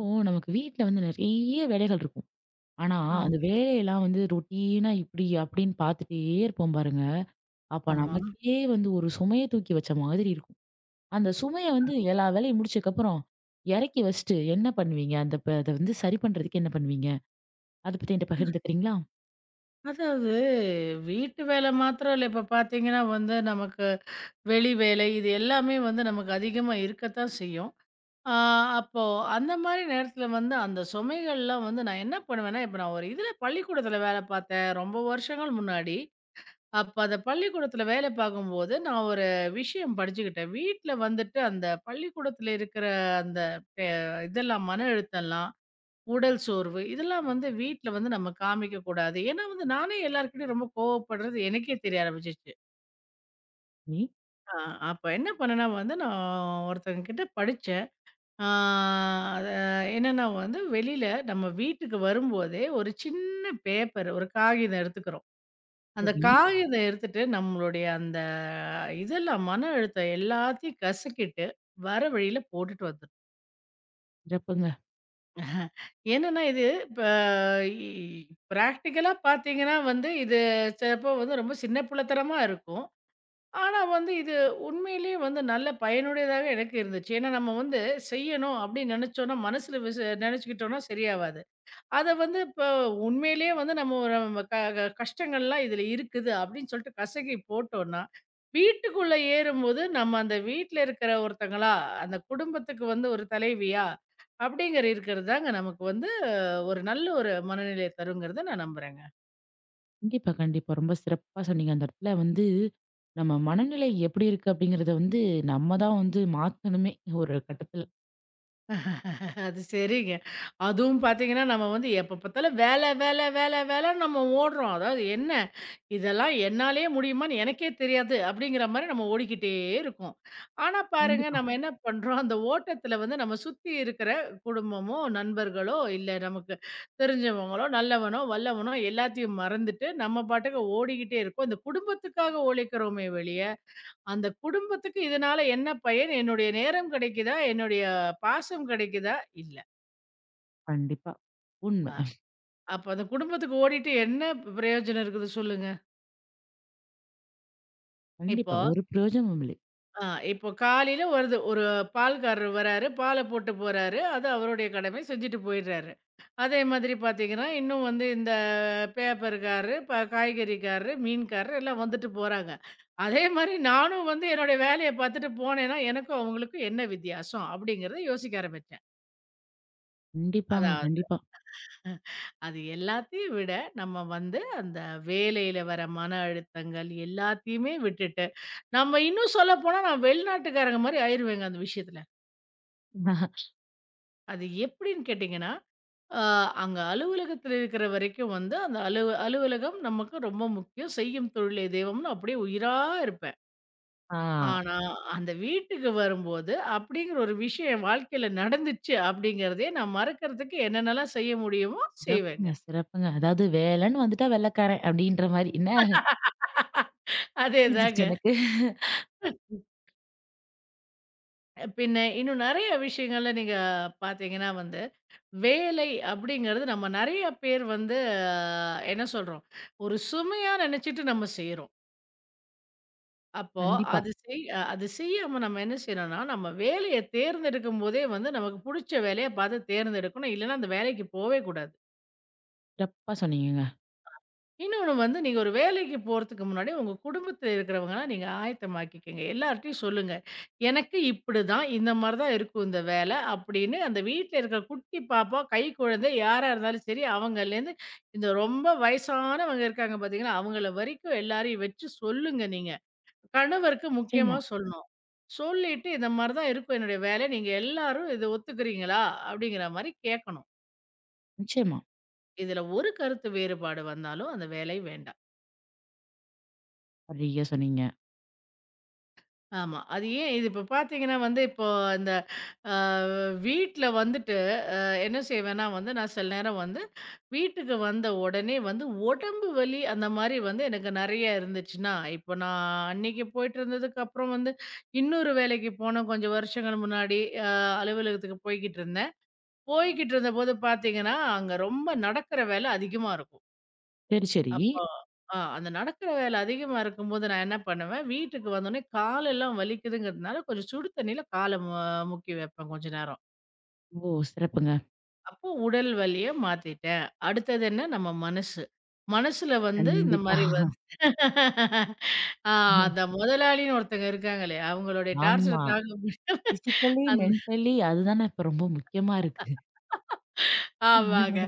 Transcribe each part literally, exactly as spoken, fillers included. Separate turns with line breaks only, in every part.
ஓ! நமக்கு வீட்ல வந்து நெறைய வேலைகள் இருக்கும். ஆனா,
ஆமா,
அந்த வேலையெல்லாம் வந்து ரொட்டீனா இப்டி அப்டின்னு பார்த்துட்டே இருப்போம் பாருங்க. அப்ப
ஆமா.
நமக்கே வந்து ஒரு சுமைய தூக்கி வச்ச மாதிரி இருக்கும். அந்த சுமைய வந்து எல்லா வேலையும் முடிச்சதுக்கப்புறம், எறக்கி வச்சுட்டு என்ன பண்ணுவீங்க? அந்த ப அத வந்து சரி பண்றதுக்கு என்ன பண்ணுவீங்க? அத பத்தி என்ட்ட பகிர்ந்துக்கிறீங்களா?
அதாவது வீட்டு வேலை மாத்திரம் இல்ல. இப்ப பார்த்தீங்கன்னா வந்து நமக்கு வெளி வேலை இது எல்லாமே வந்து நமக்கு அதிகமா இருக்கத்தான் செய்யும். ஆ அப்போ அந்த மாரி நேரத்தில வந்து அந்த சுமைகள்லாம் வந்து நான் என்ன பண்ணுவேன்னா, இப்ப நான் ஒரு இதில பள்ளிக்கூடத்தில வேலை பார்த்தேன். ரொம்ப வருஷங்கள் முன்னாடி. அப்ப அந்த பள்ளிக்கூடத்தில வேலை பார்க்கும்போது நான் ஒரு விஷயம் படிச்சுக்கிட்டேன். வீட்ல வந்துட்டு அந்த பள்ளிக்கூடத்தில இருக்கிற அந்த அ இதெல்லாம் மன அழுத்தம்லாம் உடல் சோர்வு இதெல்லாம் வந்து வீட்ல வந்து நம்ம காமிக்க கூடாது. ஏன்னா வந்து நானே எல்லார்கிட்டயும் ரொம்ப கோவப்படுறது எனக்கே தெரிய ஆரம்பிச்சுச்சு.
நீ
ஆ அப்ப என்ன பண்ணேன்னா வந்து நான் ஒருத்தவங்க கிட்ட படிச்சேன். ஆ அது என்னன்னா வந்து வெளியில நம்ம வீட்டுக்கு வரும்போதே ஒரு சின்ன பேப்பர், ஒரு காகிதம் எடுத்துக்கிறோம். அந்த
சரி,
காகிதம் எடுத்துட்டு நம்மளுடைய அந்த இதெல்லாம் மன அழுத்தம் எல்லாத்தையும் கசக்கிட்டு வர வழியில போட்டுட்டு வந்துரும்.
சிறப்புங்க.
என்னன்னா, இது இப்ப இ பிராக்டிகலா பார்த்தீங்கன்னா வந்து, இது சிலப்போ வந்து ரொம்ப சின்ன பிள்ளைத்தனமா இருக்கும். ஆனா வந்து இது உண்மையிலேயே வந்து நல்ல பயனுடையதாக எனக்கு இருந்துச்சு. ஏன்னா, நம்ம வந்து செய்யணும் அப்படின்னு நெனைச்சோம்னா, மனசுல விச நெனைச்சுக்கிட்டோம்னா சரியாவாது. அத வந்து இப்போ உண்மையிலேயே வந்து நம்ம ஒரு நம்ம க க கஷ்டங்கள்லாம் இதுல இருக்குது அப்படின்னு சொல்லிட்டு கசக்கி போட்டோம்னா, வீட்டுக்குள்ள ஏறும்போது நம்ம அந்த வீட்ல இருக்கிற ஒருத்தங்களா, அந்த குடும்பத்துக்கு வந்து ஒரு தலைவியா, அப்படிங்கிற இருக்கிறது தாங்க நமக்கு வந்து அஹ், ஒரு நல்ல ஒரு மனநிலைய தருங்கிறத நான் நம்புறேங்க.
கண்டிப்பா, கண்டிப்பா. ரொம்ப சிறப்பா சொன்னீங்க. அந்த இடத்துல வந்து நம்ம மனநிலை எப்டி இருக்கு அப்டிங்கிறத வந்து நம்ம தான் வந்து மாத்தணுமே ஒரு கட்டத்துல.
அது சரிங்க. அதுவும் பார்த்தீங்கன்னா, நம்ம வந்து எப்ப பார்த்தாலும் வேல, வேல, வேல, வேலன்னு நம்ம ஓடுறோம். அதாவது என்ன இதெல்லாம் என்னாலயே முடியுமான்னு எனக்கே தெரியாது, அப்படிங்கிற மாரி நம்ம ஓடிக்கிட்டே இருக்கோம். ஆனா பாருங்க,
கண்டிப்பா,
நம்ம என்ன பண்றோம், அந்த ஓட்டத்துல வந்து நம்ம சுத்தி இருக்கிற குடும்பமோ, நண்பர்களோ, இல்ல நமக்கு தெரிஞ்சவங்களோ, நல்லவனோ, வல்லவனோ எல்லாத்தையும் மறந்துட்டு, நம்ம பாட்டுக்கு ஓடிக்கிட்டே இருக்கோம். இந்த குடும்பத்துக்காக உழைக்கிறோமே வெளிய, அந்த குடும்பத்துக்கு இதனால என்ன பயன்? என்னுடைய நேரம் கிடைக்குதா? என்னுடைய பாசம் கிடைக்குதா? இல்ல.
கண்டிப்பா. உண்ம.
அ அப்ப அந்த குடும்பத்துக்கு ஓடிட்டு என்ன பிரயோஜனம் இருக்குது சொல்லுங்க? இப்போ
கண்டிப்பா. ஒரு பிரயோஜனமும் இல்லை.
ஆ இப்போ காலையில வருது ஒரு பால்காரர் வராரு, பால போட்டு போறாரு. அது அவருடைய கடமை செஞ்சுட்டு போயிடுறாரு. அதே மாதிரி பார்த்தீங்கன்னா, இன்னும் வந்து இந்த பேப்பர்காரரு, ப காய்கறிக்காரரு, மீன்காரரு எல்லாம் வந்துட்டு போறாங்க. அதே மாரி நானும் வந்து என்னுடைய வேலைய பார்த்துட்டு போனேன்னா, எனக்கும் அவங்களுக்கும் என்ன வித்தியாசம்? அப்படிங்கிறத யோசிக்க ஆரம்பிச்சேன்.
கண்டிப்பாங்க,
அதாவது
கண்டிப்பா.
அது எல்லாத்தையும் விட நம்ம வந்து அந்த வேலையில வர மன அழுத்தங்கள் எல்லாத்தையுமே விட்டுட்டு, நம்ம இன்னும் சொல்லப்போனா நான் வெளிநாட்டுக்காரங்க மாரி ஆயிருவேங்க அந்த விஷயத்துல. அது எப்படின்னு கேட்டிங்கன்னா, அ அங்க அலுவலகத்தில இருக்கிற வரைக்கும் வந்து அந்த அலுவ அலுவலகம் நமக்கு ரொம்ப முக்கியம். செய்யும் தொழிலே தெய்வம்னு அப்படியே உயிரா இருப்பேன்.
ஆ,
ஆனா, அந்த வீட்டுக்கு வரும்போது அப்படிங்கிற ஒரு விஷயம் என் வாழ்க்கையில நடந்துச்சு அப்படிங்கிறதையே நான் மறக்கிறதுக்கு என்னென்னலாம் செய்ய முடியுமோ செய்வேங்க.
சிறப்புங்க, சிறப்புங்க. அதாவது வேலன்னு வந்துட்டா வெள்ளைக்காரன் அப்படின்ற மாரி என்ன
அதேதாங்க.
புரிஞ்சிருச்சு எனக்கு.
பின்ன இன்னும் நெறைய விஷயங்கள்ல நீங்க பார்த்தீங்கன்னா வந்து, வேலை அப்படிங்கிறது நம்ம நெறைய பேர் வந்து ஆஹ், என்ன சொல்றோம்? ஒரு சுமையா நெனச்சுட்டு நம்ம செய்றோம். அப்போ
கண்டிப்பா.
அது செய் அ அது செய்யாம நம்ம என்ன செய்யணும்னா, நம்ம வேலைய தேர்ந்தெடுக்கும்போதே வந்து நமக்கு புடிச்ச வேலைய பார்த்து தேர்ந்தெடுக்கணும். இல்லன்னா அந்த வேலைக்கு போவே கூடாது.
சிறப்பா சொன்னீங்கங்க.
இன்னொன்னு வந்து நீங்க ஒரு வேலைக்கு போறதுக்கு முன்னாடி உங்க குடும்பத்தில இருக்கிறவங்கலாம் நீங்க ஆயத்தமாக்கிக்கங்க. எல்லார்ட்டயும் சொல்லுங்க. எனக்கு இப்படிதான், இந்த மாரி தான் இருக்கும் இந்த வேலை அப்படின்னு அந்த வீட்ல இருக்கிற குட்டி பாப்பா, கைக்குழந்தை யாரா இருந்தாலும் சரி, அவங்கலேருந்து இந்த ரொம்ப வயசானவங்க இருக்காங்க பார்த்தீங்களா, அவங்கள வரைக்கும் எல்லாரையும் வச்சு சொல்லுங்க நீங்க. கணவருக்கு முக்கியமா
நிச்சயமா,
சொல்லணும். சொல்லிட்டு, "இந்த மாரி தான் இருக்கும் என்னுடைய வேலை. நீங்க எல்லாரும் இத ஒத்துக்கிறீங்களா?" அப்படிங்கிற மாரி கேட்கணும்.
நிச்சயமா.
இதுல ஒரு கருத்து வேறுபாடு வந்தாலும் அந்த வேலை வேண்டாம்.
சரியா சொன்னீங்க.
ஆமா. அது ஏன் இது இப்போ பார்த்தீங்கன்னா வந்து, இப்போ இந்த அ வீட்ல வந்துட்டு என்ன செய்வேன்னா வந்து, நான் சில நேரம் வந்து வீட்டுக்கு வந்த உடனே வந்து உடம்பு வலி அந்த மாரி வந்து எனக்கு நெறைய இருந்துச்சுன்னா, இப்போ நான் அன்னைக்கு போயிட்டு இருந்ததுக்கு அப்புறம் வந்து, இன்னொரு வேலைக்கு போனேன் கொஞ்சம் வருஷங்கள் முன்னாடி. அ அலுவலகத்துக்கு போய்க்கிட்டு இருந்தேன். போய்க்கிட்டு இருந்தபோது பார்த்தீங்கன்னா, அங்க ரொம்ப நடக்கிற வேலை அதிகமா இருக்கும்.
சரி, சரி.
அப்போ ஆ அந்த நடக்கிற வேலை அதிகமா இருக்கும்போது நான் என்ன பண்ணுவேன், வீட்டுக்கு வந்தோனே காலெல்லாம் வலிக்குதுங்கிறதுனால கொஞ்சம் சுடு தண்ணீல கால மு முக்கி வைப்பேன் கொஞ்ச நேரம்.
ஓ! சிறப்புங்க.
அப்போ உடல் வலிய மாத்திட்டேன். அடுத்தது என்ன நம்ம மனசு. மனசுல வந்து இந்த
கண்டிப்பா.
மாரி வந்து ஆ அந்த முதலாளின்னு ஒருத்தங்க இருக்காங்களே, அவங்களுடைய டார்ச்சர
ஆமா.
தாங்க முடியாம
பிசிக்கலி,
அந்த
மென்டலி அதுதானே இப்ப ரொம்ப முக்கியமா இருக்கு.
ஆமாங்க.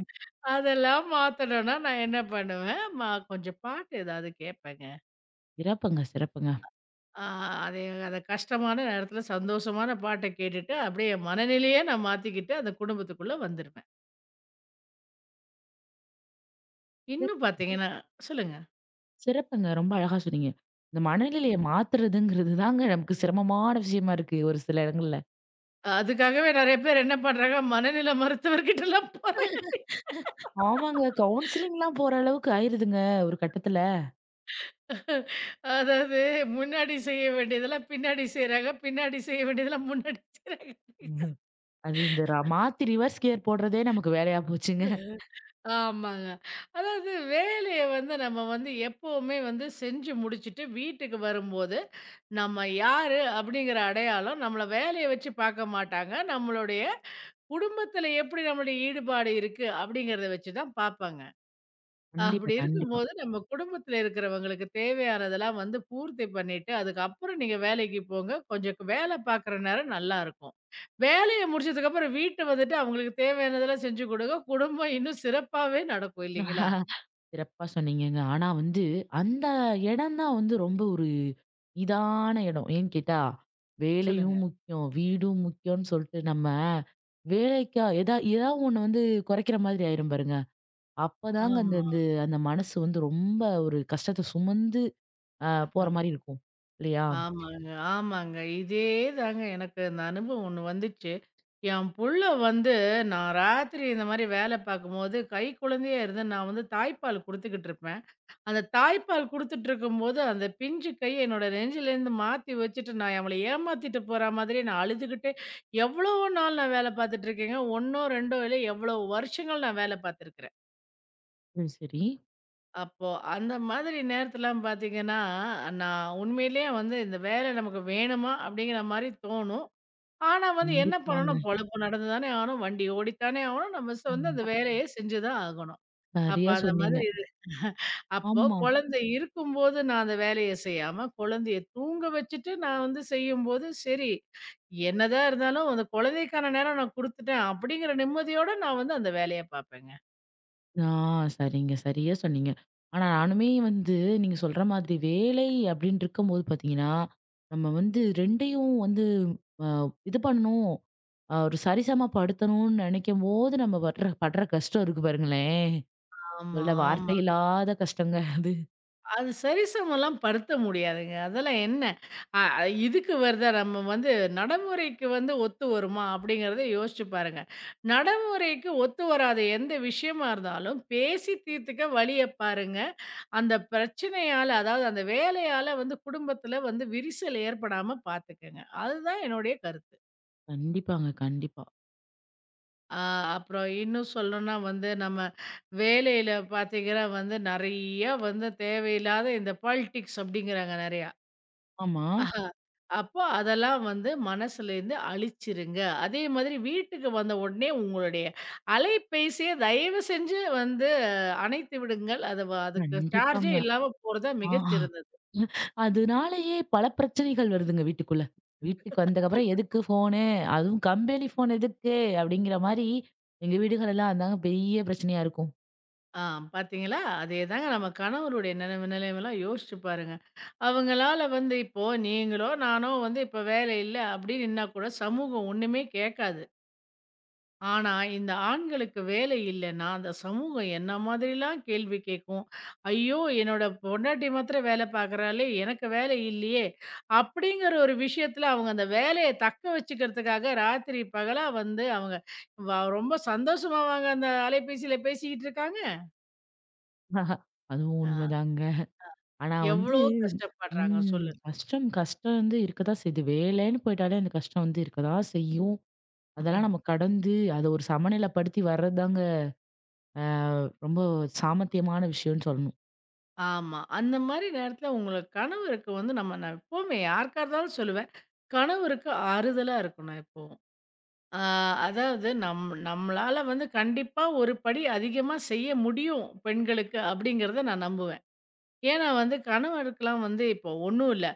அதெல்லாம் மாத்தணும்னா, நான் என்ன பண்ணுவேன், மா கொஞ்சம் பாட்டு ஏதாவது கேட்பேங்க.
சிறப்புங்க, சிறப்புங்க.
ஆ அது அத கஷ்டமான நேரத்தில சந்தோஷமான பாட்ட கேட்டுட்டு, அப்படியே என் மனநிலையே நான் மாத்திக்கிட்டு, அந்த குடும்பத்துக்குள்ள வந்துருவேன்.
சிறப்
இன்னும் பாத்தீங்கன்னா சொல்லுங்க.
சிறப்புங்க. ரொம்ப அழகா சொன்னீங்க. இந்த மனநிலைய மாத்துறதுங்கிறது தாங்க நமக்கு சிரமமான விஷயமா இருக்கு ஒரு சில இடங்கள்ல.
அதுக்காகவே நெறைய பேர் என்ன பண்றாங்க, மனநில மருத்துவர்கிட்டலாம் போறாங்க.
ஆமாங்க. கவுன்சிலிங்லாம் போற அளவுக்கு ஆயிருதுங்க ஒரு கட்டத்துல.
அதாவது முன்னாடி செய்ய வேண்டியதெல்லாம் பின்னாடி செய்றாங்க. பின்னாடி செய்ய வேண்டியதெல்லாம் முன்னாடி செய்றாங்க.
ம்ஹும். அது இந்த ர மாத்தி ரிவர்ஸ் கியர் போடுறதே நமக்கு வேலையா போச்சுங்க.
ஆமாங்க. அதாவது வேலைய வந்து நம்ம வந்து எப்பவுமே வந்து செஞ்சு முடிச்சுட்டு வீட்டுக்கு வரும்போது, நம்ம யாரு அப்படிங்கிற அடையாளம் நம்மள வேலைய வச்சு பார்க்க மாட்டாங்க. நம்மளுடைய குடும்பத்தில எப்படி நம்மளுடைய ஈடுபாடு இருக்கு அப்படிங்கிறத வச்சு தான் பார்ப்பாங்க.
கண்டிப்பா,
அப்படி
கண்டிப்பா.
இருக்கும்போது நம்ம குடும்பத்துல இருக்கிறவங்களுக்கு தேவையானதெல்லாம் வந்து பூர்த்தி பண்ணிட்டு, அதுக்கப்புறம் நீங்க வேலைக்கு போங்க. கொஞ்சம் வேலை பார்க்குற நேரம் நல்லாருக்கும். வேலைய முடிச்சதுக்கப்புறம் வீட்டு வந்துட்டு அவங்களுக்கு தேவையானதெல்லாம் செஞ்சு குடுங்க. குடும்பம் இன்னும் சிறப்பாவே நடக்கும் இல்லைங்களா?
சிறப்பா சொன்னீங்கங்க. ஆனா வந்து அந்த இடம் தான் வந்து ரொம்ப ஒரு இதான இடம். ஏன்னு கேட்டா,
சொல்லுங்க.
வேலையும் முக்கியம், வீடும் முக்கியம்னு சொல்ட்டு நம்ம வேலைக்கா எதா ஏதாவது ஒண்ணு வந்து குறைக்கிற மாதிரி ஆயிரும் பாருங்க. அப்பதாங்க அந்த
ஆமா.
அந்த அந்த மனசு வந்து ரொம்ப ஒரு கஷ்டத்த சுமந்து அ
அ
போற மாரி இருக்கும். இல்லையா?
ஆமாங்க, ஆமாங்க. இதே தாங்க எனக்கு அந்த அனுபவம் ஒண்ணு வந்துச்சு. என் புள்ள வந்து நான் ராத்திரி இந்த மாரி வேலை பார்க்கும்போது, கை குழந்தையா இருந்து நான் வந்து தாய்ப்பால் குடுத்துக்கிட்டு இருப்பேன். அந்த தாய்ப்பால் குடுத்துட்டுருக்கும்போது, அந்த பிஞ்சு கைய என்னோட நெஞ்சிலேருந்து மாத்தி வச்சுட்டு, நான் அவள ஏமாத்திட்டு போற மாதிரியே நான் அழுதுகிட்டே எவ்வளவோ நாள் நான் வேல பாத்துட்டுருக்கேங்க. ஒன்னோ ரெண்டோ இல்ல எவ்வளோ வருஷங்கள் நான் வேல பாத்துருக்கிறேன்.
ம், சரி.
அப்போ அந்த மாதிரி நேரத்துலலாம் பாத்தீங்கன்னா, நான் உண்மையிலேயே வந்து இந்த வேலை நமக்கு வேணுமா? அப்படிங்கிற மாரி தோணும். ஆனா வந்து என்ன
கண்டிப்பாங்க.
பண்ணணும்? பொழப்பு நடந்து தானே ஆகணும். வண்டி ஓடித்தானே ஆகணும். நம்ம ச வந்து
ம்.
அந்த
அப்
வேலைய செஞ்சு தான் ஆகணும். அப்ப
சரியா
அந்த
சொன்னீங்க.
மாதிரி அப்போ
ஆமா.
குழந்தை இருக்கும்போது நான் அந்த வேலைய செய்யாம, குழந்தைய தூங்க வச்சுட்டு நான் வந்து செய்யும்போது, சரி என்னதான் இருந்தாலும் அந்த குழந்தைக்கான நேரம் நான் குடுத்துட்டேன் அப்படிங்கிற நிம்மதியோட நான் வந்து அந்த வேலைய பார்ப்பேங்க.
ஆ, சரிங்க. சரியா சொன்னீங்க. ஆனா நானுமே வந்து நீங்க சொல்ற மாதிரி வேலை அப்படின்னு இருக்கும்போது பார்த்தீங்கன்னா, நம்ம வந்து ரெண்டையும் வந்து அ இது பண்ணணும். அ ஒரு சரிசமா படுத்தணும்னு நினைக்கும்போது நம்ம படுற படுற கஷ்டம் இருக்கு பாருங்களேன்.
ஆமா,
சொல்ல வார்த்தை
ஆமா.
இல்லாத கஷ்டங்க அது.
அது சரிசமம்லாம் படுத்த முடியாதுங்க. அதெல்லாம் என்ன? அ அ, இதுக்கு வருதா நம்ம வந்து நடைமுறைக்கு வந்து ஒத்து வருமா? அப்படிங்கிறத யோசிச்சு பாருங்க. நடைமுறைக்கு ஒத்து வராத எந்த விஷயமா இருந்தாலும் பேசி தீர்த்துக்க வழிய பாருங்க. அந்த பிரச்சனையால, அதாவது அந்த வேலையால வந்து குடும்பத்துல வந்து விரிசல் ஏற்படாம பார்த்துக்கங்க. அதுதான் என்னுடைய கருத்து.
கண்டிப்பாங்க. கண்டிப்பா.
ஆ அப்புறம் இன்னும் சொல்லணும்னா வந்து நம்ம வேலையில பார்த்தீங்கன்னா வந்து நெறைய வந்து தேவையில்லாத இந்த பாலிடிக்ஸ் அப்படிங்கிறாங்க நெறையா.
ஆமா.
அப்போ அதெல்லாம் வந்து மனசுலேருந்து அழிச்சிருங்க. அதே மாதிரி வீட்டுக்கு வந்த உடனே உங்களுடைய அலைபேசிய தயவு செஞ்சு வந்து அஹ், அணைத்து விடுங்கள். அது வ அதுக்கு சார்ஜே
கண்டிப்பாங்க.
இல்லாம போறது தான்
ஆ.
மிகச்சிறந்தது.
அதனாலேயே பல பிரச்சனைகள் வருதுங்க வீட்டுக்குள்ள. வீட்டுக்கு வந்ததுக்கப்புறம் எதுக்கு ஃபோனு? அதுவும் கம்பெனி ஃபோன் எதுக்கு? அப்படிங்கிற மாரி எங்க வீடுகளெல்லாம் அதாங்க பெரிய பிரச்சனையா இருக்கும்.
ஆ பார்த்தீங்களா? அதேதாங்க நம்ம கணவருடைய நிலைம நிலைமைலாம் யோசிச்சு பாருங்க. அவங்களால வந்து இப்போ நீங்களோ, நானோ வந்து இப்போ வேலை இல்ல அப்படின்னு நின்னா கூட சமூகம் ஒண்ணுமே கேட்காது. ஆனா, இந்த ஆண்களுக்கு வேலை இல்லன்னா, அந்த சமூகம் என்ன மாதிரிலாம் கேள்வி கேட்கும்? "ஐயோ! என்னோட பொண்டாட்டி மாத்திரம் வேலை பார்க்குறாளே! எனக்கு வேலை இல்லையே!" அப்படிங்கிற ஒரு விஷயத்துல அவங்க அந்த வேலைய தக்க வச்சுக்கிறதுக்காக ராத்திரி பகலா வந்து அவங்க வ ரொம்ப சந்தோஷமாவாங்க அந்த அலைபேசியில பேசிக்கிட்டு இருக்காங்க.
அதுவும்
ஆ.
உண்மைதாங்க. ஆனா வந்து
எவ்வளோ கஷ்டப்படுறாங்க
ம்,
சொல்லு.
கஷ்டம் கஷ்டம் வந்து இருக்கத்தான் செய்யுது. வேலைன்னு போயிட்டாலே அந்த கஷ்டம் வந்து இருக்கதான் செய்யும்.
ம்ஹ்ம்.
அதெல்லாம் நம்ம கடந்து அத ஒரு சமநிலைப்படுத்தி வர்றதுதாங்க அ ரொம்ப சாமர்த்தியமான விஷயம்னு சொல்லணும்.
ஆமா. அந்த மாரி நேரத்துல உங்கள கணவருக்கு வந்து நம்ம நான் எப்பவுமே யாருக்கா இருந்தாலும் சொல்லுவேன். கணவருக்கு ஆறுதலா இருக்கணும் எப்பவும். ஆ அதாவது நம் நம்மளால வந்து கண்டிப்பா ஒரு படி அதிகமா செய்ய முடியும் பெண்களுக்கு அப்படிங்கிறத நான் நம்புவேன். ஏன்னா வந்து கணவருக்குலாம் வந்து இப்போ ஒண்ணும் இல்ல.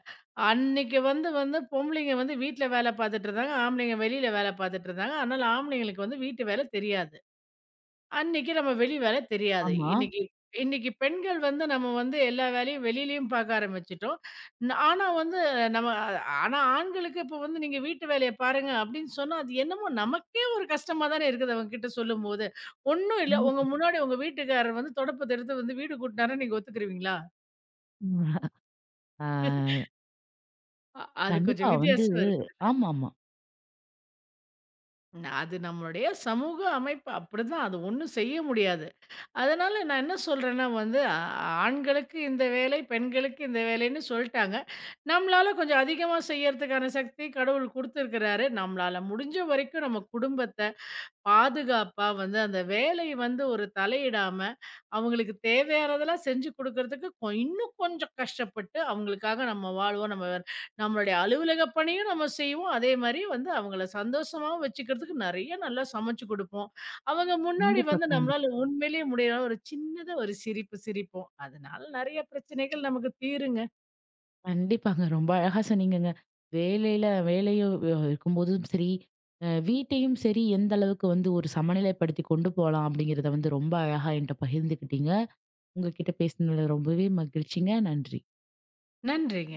அன்னைக்கு வந்து வந்து பொம்பளைங்க வந்து வீட்ல வேல பார்த்துட்டு இருந்தாங்க. ஆம்பளைங்க வெளியில வேல பார்த்துட்டு இருந்தாங்க. அதனால ஆம்பளைங்களுக்கு வந்து வீட்டு வேல தெரியாது. அன்னைக்கு நம்ம வெளி வேலை தெரியாது.
ஆமா.
இன்னைக்கு இன்னைக்கு பெண்கள் வந்து நம்ம வந்து எல்லா வேலையும் வெளியிலயும் பார்க்க ஆரம்பிச்சுட்டோம். ந ஆனா வந்து நம்ம அ- ஆனா ஆண்களுக்கு இப்போ வந்து நீங்க வீட்டு வேலைய பாருங்க அப்படின்னு சொன்னா, அது என்னமோ நமக்கே ஒரு கஷ்டமா தானே இருக்குது அவங்ககிட்ட சொல்லும்போது. ஒண்ணும் இல்ல. உங்க முன்னாடி உங்க வீட்டுக்காரர் வந்து தொடப்பத்த எடுத்து வந்து வீடு கூட்டினாருன்னு நீங்க ஒத்துக்குருவீங்களா?
ஆ,
அ அது
கண்டிப்பா
கொஞ்சம்
வந்து
வித்தியாசம் இருக்குது.
ஆமாமா.
ந- அது நம்மளுடைய சமூக அமைப்பு அப்படிதான். அது ஒண்ணும் செய்ய முடியாது. அதனால நான் என்ன சொல்றேன்னா வந்து, ஆ ஆண்களுக்கு இந்த வேலை, பெண்களுக்கு இந்த வேலைன்னு சொல்ட்டாங்க. நம்மளால கொஞ்சம் அதிகமா செய்யறதுக்கான சக்தி கடவுள் குடுத்துருக்கிறாரு. நம்மளால முடிஞ்ச வரைக்கும் நம்ம குடும்பத்த பாதுகாப்பா வந்து அந்த வேலை வந்து ஒரு தலையிடாம, அவங்களுக்கு தேவையானதெல்லாம் செஞ்சு குடுக்குறதுக்கு கொ இன்னும் கொஞ்சம் கஷ்டப்பட்டு அவங்களுக்காக நம்ம வாழ்வோம். நம்ம வே- நம்மளுடைய அலுவலக பணியும் நம்ம செய்வோம். அதே மாரி வந்து அவங்கள சந்தோஷமாவும் வச்சுக்கிறதுக்கு நெறைய நல்லா சமைச்சு குடுப்போம். அவங்க முன்னாடி
கண்டிப்பா,
வந்து
கண்டிப்பா.
நம்மளால உண்மையிலேயே முடியலனா ஒரு சின்னதா ஒரு சிரிப்பு சிரிப்போம். அதனால நெறைய பிரச்சனைகள் நமக்கு தீருங்க.
கண்டிப்பாங்க. ரொம்ப அழகா சொன்னீங்கங்க. வேலையில வேலையோ அ இருக்கும்போதும் சரி, அ வீட்டையும் சரி எந்த அளவுக்கு வந்து ஒரு சமநிலைப்படுத்தி கொண்டு போலாம் அப்படிங்கிறத வந்து ரொம்ப அழகா என்ட்ட பகிர்ந்துக்கிட்டீங்க. உங்ககிட்ட பேசினதுல ரொம்பவே மகிழ்ச்சிங்க. நன்றி.
நன்றிங்க.